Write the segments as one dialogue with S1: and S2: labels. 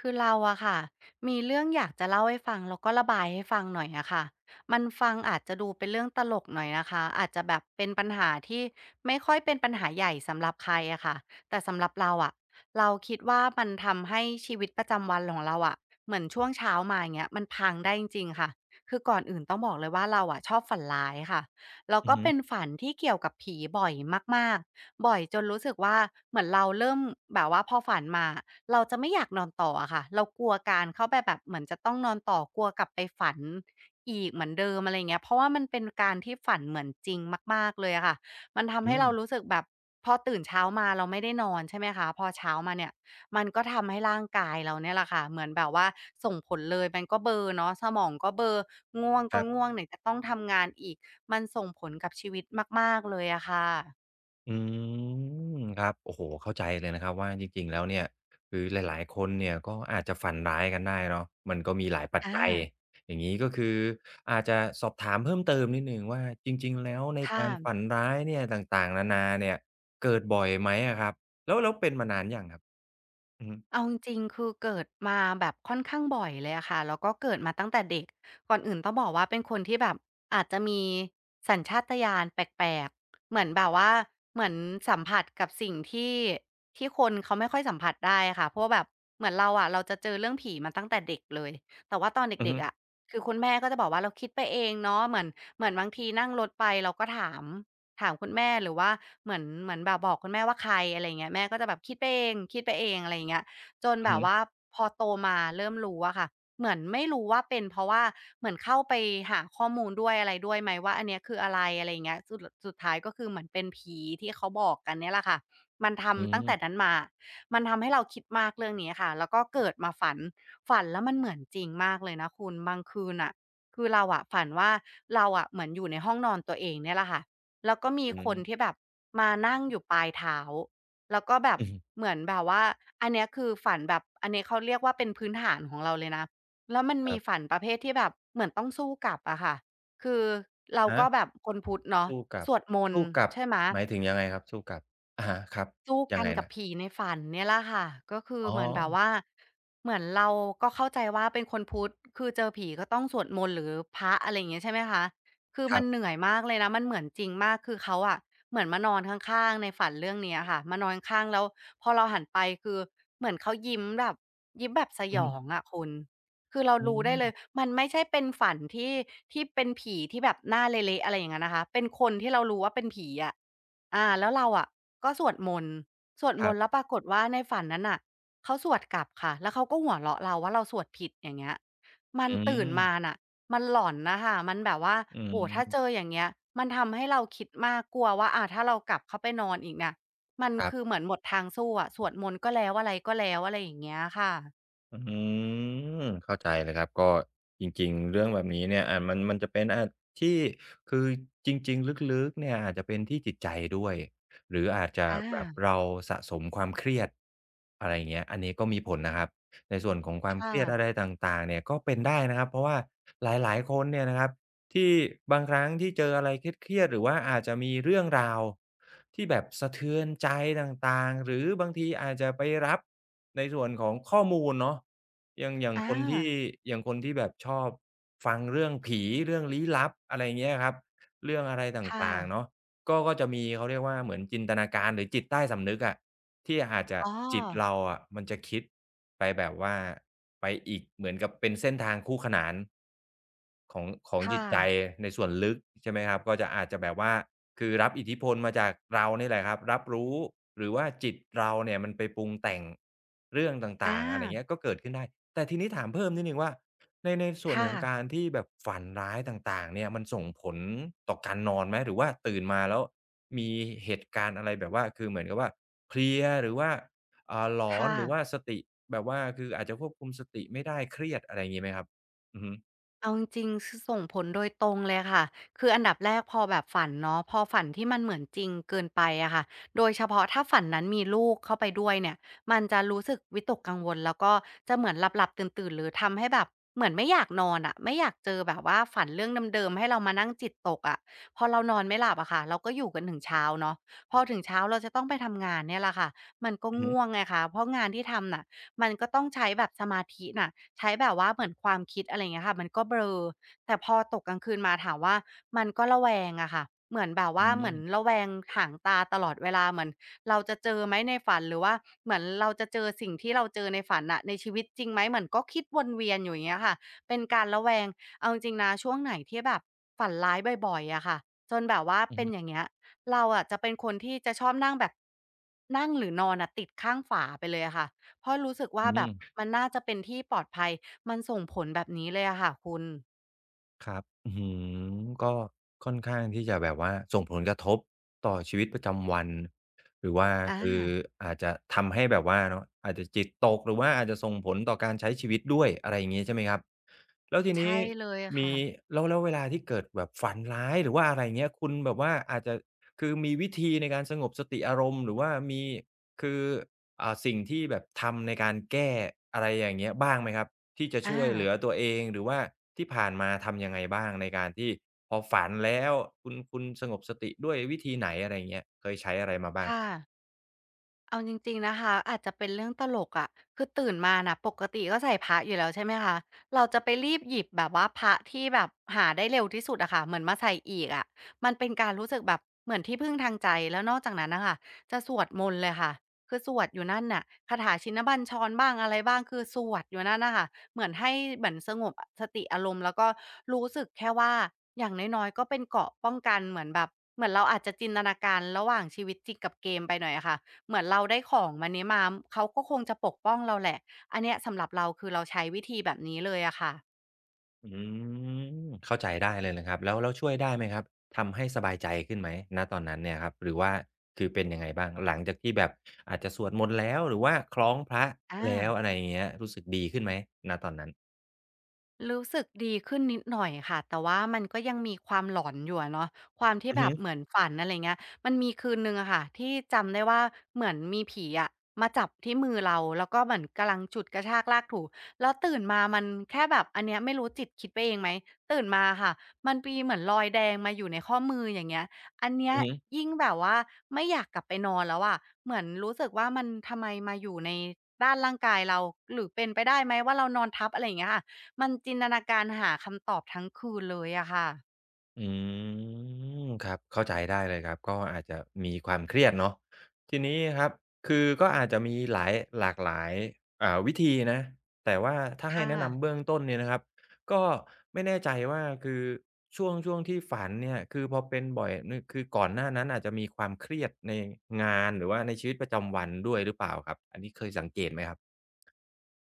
S1: คือเราอะค่ะมีเรื่องอยากจะเล่าให้ฟังแล้วก็ระบายให้ฟังหน่อยอะค่ะมันฟังอาจจะดูเป็นเรื่องตลกหน่อยนะคะอาจจะแบบเป็นปัญหาที่ไม่ค่อยเป็นปัญหาใหญ่สำหรับใครอะค่ะแต่สำหรับเราอะเราคิดว่ามันทำให้ชีวิตประจำวันของเราอะเหมือนช่วงเช้ามาอย่างเงี้ยมันพังได้จริงๆค่ะคือก่อนอื่นต้องบอกเลยว่าเราอะชอบฝันร้ายค่ะแล้ว
S2: อือ
S1: ก็
S2: ฮึ
S1: เป็นฝันที่เกี่ยวกับผีบ่อยมากๆบ่อยจนรู้สึกว่าเหมือนเราเริ่มแบบว่าพอฝันมา เราจะไม่อยากนอนต่ออะค่ะเรากลัวการเข้าไปแบบเหมือนจะต้องนอนต่อกลัวกลับไปฝันอีกเหมือนเดิมอะไร่เงี้ยเพราะว่ามันเป็นการที่ฝันเหมือนจริงมากๆเลยอะค่ะมันทำให้
S2: อืม
S1: เรารู้สึกแบบพอตื่นเช้ามาเราไม่ได้นอนใช่ไหมคะพอเช้ามาเนี่ยมันก็ทำให้ร่างกายเราเนี่ยแหละค่ะเหมือนแบบว่าส่งผลเลยมันก็เบลอเนาะสมองก็เบลอง่วง
S2: ค
S1: ก็
S2: รับ
S1: ง่วงไหนจะต้องทำงานอีกมันส่งผลกับชีวิตมากๆเลยอะค่ะ
S2: อืมครับโอ้โฮเข้าใจเลยนะครับว่าจริงๆแล้วเนี่ยคือหลายๆคนเนี่ยก็อาจจะฝันร้ายกันได้เนาะมันก็มีหลายปัจ
S1: อา
S2: จัยอย่างงี้ก็คืออาจจะสอบถามเพิ่มเติมนิดหนึ่งว่าจริงๆแล้วใน
S1: ค่ะ
S2: การฝันร้ายเนี่ยต่างๆนานาเนี่ยเกิดบ่อยไหมอะครับแล้วเป็นมานานยังครับอือฮึ
S1: เอาจริงๆคือเกิดมาแบบค่อนข้างบ่อยเลยอะค่ะแล้วก็เกิดมาตั้งแต่เด็กก่อนอื่นต้องบอกว่าเป็นคนที่แบบอาจจะมีสัญชาตญาณแปลกๆเหมือนแบบว่าเหมือนสัมผัสกับสิ่งที่ที่คนเขาไม่ค่อยสัมผัสได้ค่ะเพราะว่าแบบเหมือนเราอะเราจะเจอเรื่องผีมาตั้งแต่เด็กเลยแต่ว่าตอน
S2: อือ
S1: เด็ก
S2: ฮึ
S1: ๆอะคือคุณแม่ก็จะบอกว่าเราคิดไปเองเนาะเหมือนบางทีนั่งรถไปเราก็ถามคุณแม่หรือว่าเหมือนแบบบอกคุณแม่ว่าใครอะไรอย่างเงี้ยแม่ก็จะแบบคิดไปเองคิดไปเองอะไรอย่างเงี้ย จน
S2: อื
S1: แบ
S2: อ
S1: บว่า
S2: ฮึ
S1: พอโตมาเริ่มรู้อะค่ะเหมือนไม่รู้ว่าเป็นเพราะว่าเหมือนเข้าไปหาข้อมูลด้วยอะไรด้วยไหมว่าอันเนี้ยคืออะไรอะไรอย่างเงี้ยสุดท้ายก็คือเหมือนเป็นผีที่เขาบอกกันเนี่ยแหละค่ะมัน
S2: อื
S1: ทำตั้
S2: ม
S1: งแต่นั้นมามันทำให้เราคิดมากเรื่องนี้ค่ะแล้วก็เกิดมาฝันแล้วมันเหมือนจริงมากเลยนะคุณบางคืนน่ะคือเราอะฝันว่าเราอะเหมือนอยู่ในห้องนอนตัวเองเนี่ยแหละค่ะแล้วก็มี
S2: อื
S1: คน
S2: ม
S1: ที่แบบมานั่งอยู่ปลายเท้า แล้วก็แบ บ
S2: อือฮึ
S1: เหมือนแบบว่าอันเนี้ยคือฝันแบบอันนี้เขาเรียกว่าเป็นพื้นฐานของเราเลยนะแล้วมัน
S2: ค
S1: มี
S2: รั
S1: ฝั
S2: บ
S1: นประเภทที่แบบเหมือนต้องสู้กลับอะค่ะคือเรา
S2: ฮะ
S1: ก็แบบคนพุทธเนาะ
S2: สู้กั
S1: ส
S2: บ
S1: วดมนต์
S2: สู้กับ
S1: ใช่ไหม
S2: หมายถึงยังไงครับสู้กับอะฮะครับ
S1: สู้
S2: ยั
S1: กั
S2: ง
S1: น
S2: ไง
S1: กับ
S2: นะ
S1: ผีในฝันเนี่ยแหละค่ะก็คือ
S2: อ๋อ
S1: เหมือนแบบว่าเหมือนเราก็เข้าใจว่าเป็นคนพุทธคือเจอผีก็ต้องสวดมนต์หรือพระอะไรอย่างเงี้ยใช่ไหมคะคือ
S2: ค
S1: มั
S2: รั
S1: น
S2: บ
S1: เหนื่อยมากเลยนะมันเหมือนจริงมากคือเขาอะเหมือนมานอนข้างๆในฝันเรื่องเนี้ยค่ะมานอนข้างๆแล้วพอเราหันไปคือเหมือนเขายิ้มแบบยิ้มแบบส
S2: อื
S1: ย
S2: อฮึ
S1: องอะคุณคือเรา
S2: อื
S1: รู้ได้เลย
S2: ม
S1: มันไม่ใช่เป็นฝันที่ที่เป็นผีที่แบบหน้าเละๆอะไรอย่างงั้นนะคะเป็นคนที่เรารู้ว่าเป็นผีอะ แล้วเราอะก็สวดมนต์สวด
S2: ค
S1: ม
S2: รั
S1: นต์แล้
S2: บ
S1: วปรากฏว่าในฝันนั้นน่ะเขาสวดกลับค่ะแล้วเขาก็หัวเราะเราว่าเราสวดผิดอย่างเงี้ยมัน
S2: อื
S1: ตื่นมา
S2: ม
S1: น่ะมันหลอนน่ะค่ะมันแบบว่า
S2: อื
S1: โอ้โฮถ้าเจอ
S2: ม
S1: อย่างเงี้ยมันทำให้เราคิดมากกลัวว่าถ้าเรากลับเข้าไปนอนอีกเนี่ยมัน
S2: ครั
S1: คือ
S2: บ
S1: เหมือนหมดทางสู้อะสวดมนต์ก็แล้วอะไรก็แล้วอะไรอย่างเงี้ยค่ะ
S2: อืมเข้าใจเลยครับก็จริงๆเรื่องแบบนี้เนี่ยมันจะเป็นที่คือจริงๆลึกๆเนี่ยอาจจะเป็นที่จิตใจด้วยหรืออาจจะ
S1: อา
S2: แบบเราสะสมความเครียดอะไรอย่างเงี้ยอันนี้ก็มีผลนะครับในส่วนของความเค
S1: ค่ะ
S2: รียดอะไรต่างๆเนี่ยก็เป็นได้นะครับเพราะว่าหลายๆคนเนี่ยนะครับที่บางครั้งที่เจออะไรเครียดๆหรือว่าอาจจะมีเรื่องราวที่แบบสะเทือนใจต่างๆหรือบางทีอาจจะไปรับ ในส่วนของข้อมูลเนาะอย่าง
S1: อา
S2: คนที่อย่างคนที่แบบชอบฟังเรื่องผีเรื่องลี้ลับอะไรเงี้ยครับเรื่องอะไรต
S1: ค
S2: ่างๆ
S1: ่ะ
S2: เนาะก็จะมีเขาเรียกว่าเหมือนจินตนาการหรือจิตใต้สำนึกอะที่อาจจะ
S1: อ๋อ
S2: จิตเราอะมันจะคิดไปแบบว่าไปอีกเหมือนกับเป็นเส้นทางคู่ขนาน ของ
S1: ค่ะ
S2: จิตใจในส่วนลึกใช่ไหมครับก็จะอาจจะแบบว่าคือรับอิทธิพลมาจากเรานี่แหละครับรับรู้หรือว่าจิตเราเนี่ยมันไปปรุงแต่งเรื่องต
S1: อา
S2: ่างๆอะไรเงี้ยก็เกิดขึ้นได้แต่ทีนี้ถามเพิ่มนิดหนึ่งว่าในส่วนข
S1: ค่ะ
S2: องการที่แบบฝันร้ายต่างๆเนี่ยมันส่งผลต่อการนอนไหมหรือว่าตื่นมาแล้วมีเหตุการณ์อะไรแบบว่าคือเหมือนกับว่าเพลียหรือว่าหลอน
S1: ค่ะ
S2: หรือว่าสติแบบว่าคืออาจจะควบคุมสติไม่ได้เครียดอะไรงี้ไหมครับอือฮึ
S1: เอาจริงๆคือส่งผลโดยตรงเลยค่ะคืออันดับแรกพอแบบฝันเนาะพอฝันที่มันเหมือนจริงเกินไปอะค่ะโดยเฉพาะถ้าฝันนั้นมีลูกเข้าไปด้วยเนี่ยมันจะรู้สึกวิตกกังวลแล้วก็จะเหมือนหลับๆตื่นๆหรือทำให้แบบเหมือนไม่อยากนอนอะไม่อยากเจอแบบว่าฝันเรื่องเดิมๆให้เรามานั่งจิตตกอะพอเรานอนไม่หลับอะค่ะเราก็อยู่กันถึงเช้าเนาะพอถึงเช้าเราจะต้องไปทำงานเนี่ยแหละค่ะมันก็
S2: อือฮึ
S1: ง่วงไงคะเพราะงานที่ทำน่ะมันก็ต้องใช้แบบสมาธิน่ะ ใช้แบบว่าเหมือนความคิดอะไรอย่างเงี้ยค่ะมันก็เบลอแต่พอตกกลางคืนมาถามว่ามันก็ระแวงอะค่ะเหมือนแบบ
S2: อื
S1: ว่าเหมือน
S2: ม
S1: ระแวงหางตาตลอดเวลาเหมือนเราจะเจอไหมในฝันหรือว่าเหมือนเราจะเจอสิ่งที่เราเจอในฝันน่ะในชีวิตจริงไหมเหมือนก็คิดวนเวียนอยู่อย่างเงี้ยค่ะเป็นการระแวงเอาจริงๆนะช่วงไหนที่แบบฝันร้ายบ่อยๆอะค่ะจนแบบว่า
S2: อือ
S1: เป็
S2: ฮึ
S1: นอย่างเงี้ยเราอะจะเป็นคนที่จะชอบนั่งแบบนั่งหรือนอนอะติดข้างฝาไปเลยอะค่ะ เพราะรู้สึกว่า
S2: อื
S1: แบบ
S2: ม
S1: มันน่าจะเป็นที่ปลอดภัยมันส่งผลแบบนี้เลยอะค่ะคุณ
S2: ครับอื้อฮือก็ค่อนข้างที่จะแบบว่าส่งผลกระทบต่อชีวิตประจำวันหรือว่าคือ
S1: อา
S2: อาจจะทำให้แบบว่าเนาะอาจจะจิตตกหรือว่าอาจจะส่งผลต่อการใช้ชีวิตด้วยอะไรอย่างงี้ใช่ไหมครับแล้วทีนี้
S1: ใช่เลย
S2: มี
S1: ค่ะ
S2: แล้วเวลาที่เกิดแบบฝันร้ายหรือว่าอะไรอย่างเงี้ยคุณแบบว่าอาจจะคือมีวิธีในการสงบสติอารมณ์หรือว่ามีคือสิ่งที่แบบทำในการแก้อะไรอย่างเงี้ยบ้างไหมครับ ที่จะ
S1: อา
S2: ช่วยเหลือตัวเองหรือว่าที่ผ่านมาทำยังไงบ้างในการที่พอฝันแล้วคุณสงบสติด้วยวิธีไหนอะไรอย่างเงี้ยเคยใช้อะไรมาบ้าง
S1: ค่ะ เอาจริงๆนะคะอาจจะเป็นเรื่องตลกอะคือตื่นมาน่ะปกติก็ใส่พระอยู่แล้วใช่ไหมคะเราจะไปรีบหยิบแบบว่าพระที่แบบหาได้เร็วที่สุดอะค่ะเหมือนมาใส่อีกอะมันเป็นการรู้สึกแบบเหมือนที่พึ่งทางใจแล้วนอกจากนั้นน่ะค่ะจะสวดมนต์เลยค่ะคือสวดอยู่นั่นน่ะคาถาชินบัญชรบ้างอะไรบ้างคือสวดอยู่นั่นน่ะค่ะเหมือนให้เหมือนสงบอสติอารมณ์แล้วก็รู้สึกแค่ว่าอย่างน้อยๆก็เป็นเกราะป้องกันเหมือนแบบเหมือนเราอาจจะจินตนาการระหว่างชีวิตจริงกับเกมไปหน่อยอะค่ะ เหมือนเราได้ของมันนี้มา เขาก็คงจะปกป้องเราแหละ อันเนี้ยสำหรับเราคือเราใช้วิธีแบบนี้เลยอะค่ะ
S2: อืมเข้าใจได้เลยนะครับแล้วช่วยได้ไหมครับทำให้สบายใจขึ้นไหมณตอนนั้นเนี่ยครับหรือว่าคือเป็นยังไงบ้างหลังจากที่แบบอาจจะสวดมนต์แล้วหรือว่าคล้องพระ
S1: อา
S2: แล้วอะไรอย่างเงี้ยรู้สึกดีขึ้นไหมณตอนนั้น
S1: รู้สึกดีขึ้นนิดหน่อยค่ะแต่ว่ามันก็ยังมีความหลอนอยู่อะเนาะความที่
S2: อือ
S1: แบ
S2: ฮึ
S1: บเหมือนฝันอะไรเงี้ยมันมีคืนหนึ่งอะค่ะที่จำได้ว่าเหมือนมีผีอะมาจับที่มือเราแล้วก็เหมือนกำลังฉุดกระชากลากถูแล้วตื่นมามันแค่แบบอันเนี้ยไม่รู้จิตคิดไปเองไหมตื่นมาค่ะมันมีเหมือนรอยแดงมาอยู่ในข้อมืออย่างเงี้ยอันเนี้ย
S2: อือฮึ
S1: ยิ่งแบบว่าไม่อยากกลับไปนอนแล้วอะเหมือนรู้สึกว่ามันทำไมมาอยู่ในด้านร่างกายเราหรือเป็นไปได้ไหมว่าเรานอนทับอะไรอย่างเงี้ยค่ะ มันจินตนาการหาคำตอบทั้งคืนเลยอะค่ะ
S2: อืมครับเข้าใจได้เลยครับก็อาจจะมีความเครียดเนาะทีนี้ครับคือก็อาจจะมีหลายหลากหลายวิธีนะแต่ว่าถ้าให้
S1: ค่ะ
S2: แนะนำเบื้องต้นเนี่ยนะครับก็ไม่แน่ใจว่าคือช่วงที่ฝันเนี่ยคือพอเป็นบ่อยนึคือก่อนหน้านั้นอาจจะมีความเครียดในงานหรือว่าในชีวิตประจำวันด้วยหรือเปล่าครับอันนี้เคยสังเกตไหมครับ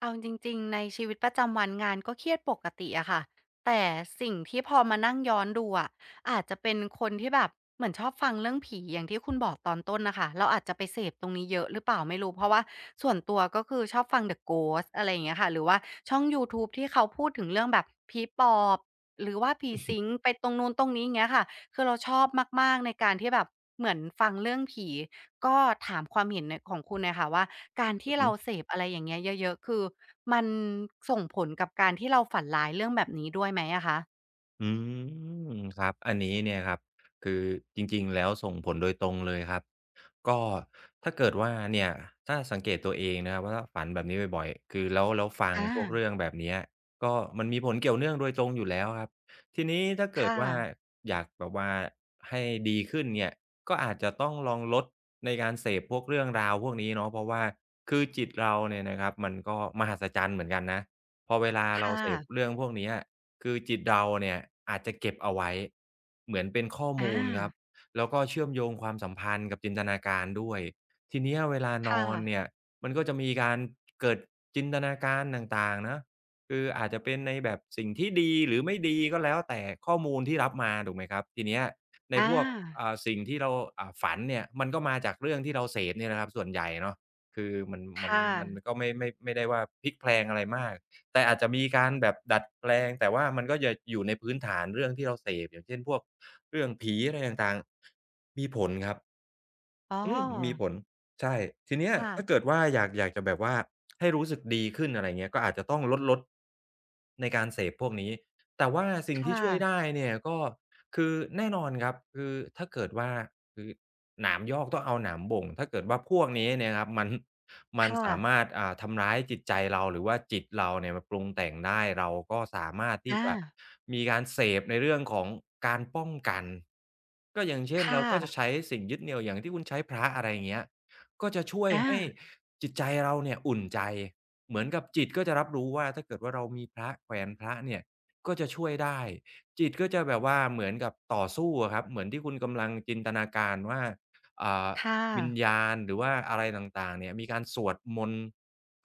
S1: เอาจริงๆ ในชีวิตประจำวันงานก็เครียดปกติอะค่ะ แต่สิ่งที่พอมานั่งย้อนดูอะอาจจะเป็นคนที่แบบเหมือนชอบฟังเรื่องผีอย่างที่คุณบอกตอนต้นน่ะค่ะเราอาจจะไปเสพตรงนี้เยอะหรือเปล่าไม่รู้ เพราะว่าส่วนตัวก็คือชอบฟัง The Ghost อะไรอย่างเงี้ยค่ะ หรือว่าช่องยูทูบที่เขาพูดถึงเรื่องแบบผีปอบหรือว่าผีสิงไปตรงนู้นตรงนี้อย่างเงี้ยค่ะ คือเราชอบมากๆในการที่แบบเหมือนฟังเรื่องผีก็ถามความเห็นในของคุณน่ะค่ะว่าการ
S2: อื
S1: ที่
S2: อฮึ
S1: เราเส พอะไรอย่างเงี้ยเยอะๆคือมันส่งผลกับการที่เราฝันร้ายเรื่องแบบนี้ด้วยไหมอะคะ
S2: อืมครับอันนี้เนี่ยครับคือจริงๆแล้วส่งผลโดยตรงเลยครับ ก็ถ้าเกิดว่าเนี่ยถ้าสังเกตตัวเองนะครับว่าฝันแบบนี้บ่อยๆคือแล้วฟัง
S1: อา
S2: พวกเรื่องแบบเนี้ยก็มันมีผลเกี่ยวเนื่องโดยตรงอยู่แล้วครับทีนี้ถ้าเกิด
S1: ค่ะ
S2: ว่าอยากแบบว่าให้ดีขึ้นเนี่ยก็อาจจะต้องลองลดในการเสพพวกเรื่องราวพวกนี้เนาะเพราะว่าคือจิตเราเนี่ยนะครับมันก็มหัศจรรย์เหมือนกันนะพอเวลาเรา
S1: ค่ะ
S2: เสพเรื่องพวกเนี้ยคือจิตเราเนี่ยอาจจะเก็บเอาไว้เหมือนเป็นข้อ
S1: อ
S2: มูลครับ
S1: า
S2: แล้วก็เชื่อมโยงความสัมพันธ์กับจินตนาการด้วย ทีเนี้ยเวลาน
S1: ค่ะ
S2: อนเนี่ยมันก็จะมีการเกิดจินตนาการต่างๆนะคืออาจจะเป็นในแบบสิ่งที่ดีหรือไม่ดีก็แล้วแต่ข้อมูลที่รับมาถูกไหมครับทีเนี้ยใน
S1: อ
S2: พวก
S1: า
S2: สิ่งที่เราฝันเนี่ยมันก็มาจากเรื่องที่เราเสพเนี่ยนะครับส่วนใหญ่เนาะคือมันมัน
S1: ค่ะ
S2: มันก็ไม่ได้ว่าพลิกแพลงอะไรมาก แต่อาจจะมีการแบบดัดแปลงแต่ว่ามันก็จะอยู่ในพื้นฐานเรื่องที่เราเสพอย่างเช่นพวกเรื่องผีอะไรต่างๆมีผลครับ
S1: อ๋
S2: อืมมี
S1: อ
S2: ผลใช่ทีเนี้ย
S1: ค่ะ
S2: ถ้าเกิดว่าอยากจะแบบว่าให้รู้สึกดีขึ้นอะไรเงี้ยก็อาจจะต้องลดในการเสพพวกนี้แต่ว่าสิ่งที่
S1: ค่ะ
S2: ช่วยได้เนี่ยก็คือแน่นอนครับคือถ้าเกิดว่าคือหนามยอกต้องเอาหนามบ่งถ้าเกิดว่าพวกนี้เนี่ยครับมันมัน
S1: ค่ะ
S2: สามารถทำร้ายจิตใจเราหรือว่าจิตเราเนี่ยมันปรุงแต่งได้เราก็สามารถที่
S1: อา
S2: จะมีการเสพในเรื่องของการป้องกัน ก็อย่างเช่
S1: ค
S2: นเราก็จะ
S1: ่ะ
S2: ใช้สิ่งยึดเหนี่ยวอย่างที่คุณใช้พระอะไรอย่างเงี้ยก็จะช่วย
S1: อา
S2: ให้จิตใจเราเนี่ยอุ่นใจ เหมือนกับจิตก็จะรับรู้ว่าถ้าเกิดว่าเรามีพระแขวนพระเนี่ยก็จะช่วยได้ จิตก็จะแบบว่าเหมือนกับต่อสู้อะครับเหมือนที่คุณกำลังจินตนาการว่า อ่า
S1: ค่ะ
S2: วิญญาณหรือว่าอะไรต่างๆเนี่ยมีการสวดมนต์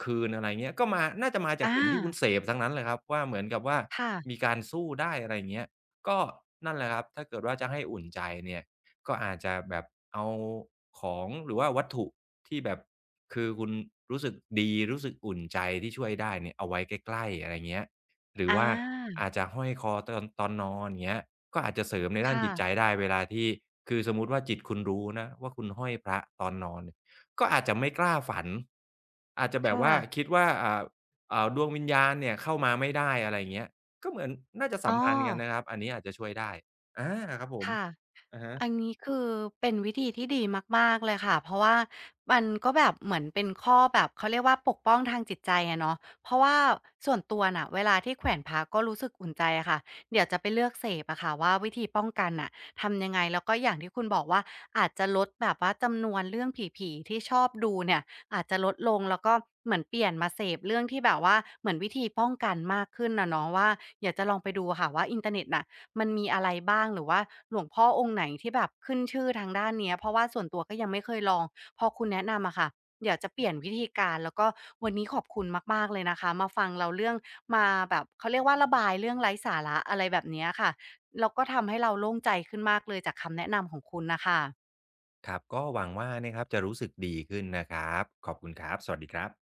S2: คืนอะไรเงี้ยก็มาน่าจะมาจาก
S1: อา
S2: สิ่งที่คุณเสพทั้งนั้นเลยครับว่าเหมือนกับว่า
S1: ค่ะ
S2: มีการสู้ได้อะไรอย่างเงี้ย ก็นั่นแหละครับถ้าเกิดว่าจะให้อุ่นใจเนี่ยก็อาจจะแบบเอาของหรือว่าวัตถุที่แบบคือคุณรู้สึกดีรู้สึกอุ่นใจที่ช่วยได้เนี่ยเอาไว้ใกล้ๆอะไรเงี้ยหรื
S1: อ
S2: อว่า
S1: า
S2: อาจจะห้อยคอตอนนอนอย่างเงี้ยก็อาจจะเสริมในด้าน
S1: ค่ะ
S2: จิตใจได้เวลาที่คือสมมุติว่าจิตคุณรู้นะว่าคุณห้อยพระตอนนอนเนี่ยก็อาจจะไม่กล้าฝันอาจจะแบบ
S1: ค่ะ
S2: ว่าคิดว่าดวงวิญญาณเนี่ยเข้ามาไม่ได้อะไรเงี้ย ก็เหมือนน่าจะสัม
S1: อ้อ
S2: พันธ์กันนะครับ อันนี้อาจจะช่วยได้อาครับผม
S1: ค่ะ
S2: อะฮะ
S1: อันนี้คือเป็นวิธีที่ดีมากๆเลยค่ะเพราะว่ามันก็แบบเหมือนเป็นข้อแบบเขาเรียกว่าปกป้องทางจิตใจอะเนาะเพราะว่าส่วนตัวน่ะเวลาที่แขวนพระก็รู้สึกอุ่นใจอะค่ะเดี๋ยวจะไปเลือกเสพอะค่ะว่าวิธีป้องกันน่ะทำยังไงแล้วก็อย่างที่คุณบอกว่าอาจจะลดแบบว่าจำนวนเรื่องผีๆที่ชอบดูเนี่ยอาจจะลดลงแล้วก็เหมือนเปลี่ยนมาเสพเรื่องที่แบบว่าเหมือนวิธีป้องกันมากขึ้นอะเนาะว่าเดี๋ยวจะลองไปดูค่ะว่าอินเทอร์เน็ตน่ะ มันมีอะไรบ้างหรือว่าหลวงพ่อองค์ไหนที่แบบขึ้นชื่อทางด้านเนี้ยเพราะว่าส่วนตัวก็ยังไม่เคยลองพอคุณแนะนำอะค่ะเดี๋ยวจะเปลี่ยนวิธีการแล้วก็วันนี้ขอบคุณมากๆเลยนะคะมาฟังเราเรื่องมาแบบเขาเรียกว่าระบายเรื่องไร้สาระอะไรแบบเนี้ยค่ะแล้วก็ทำให้เราโล่งใจขึ้นมากเลยจากคำแนะนำของคุณน่ะค่ะ
S2: ครับ ก็หวังว่านะครับจะรู้สึกดีขึ้นนะครับ ขอบคุณครับ สวัสดีครับ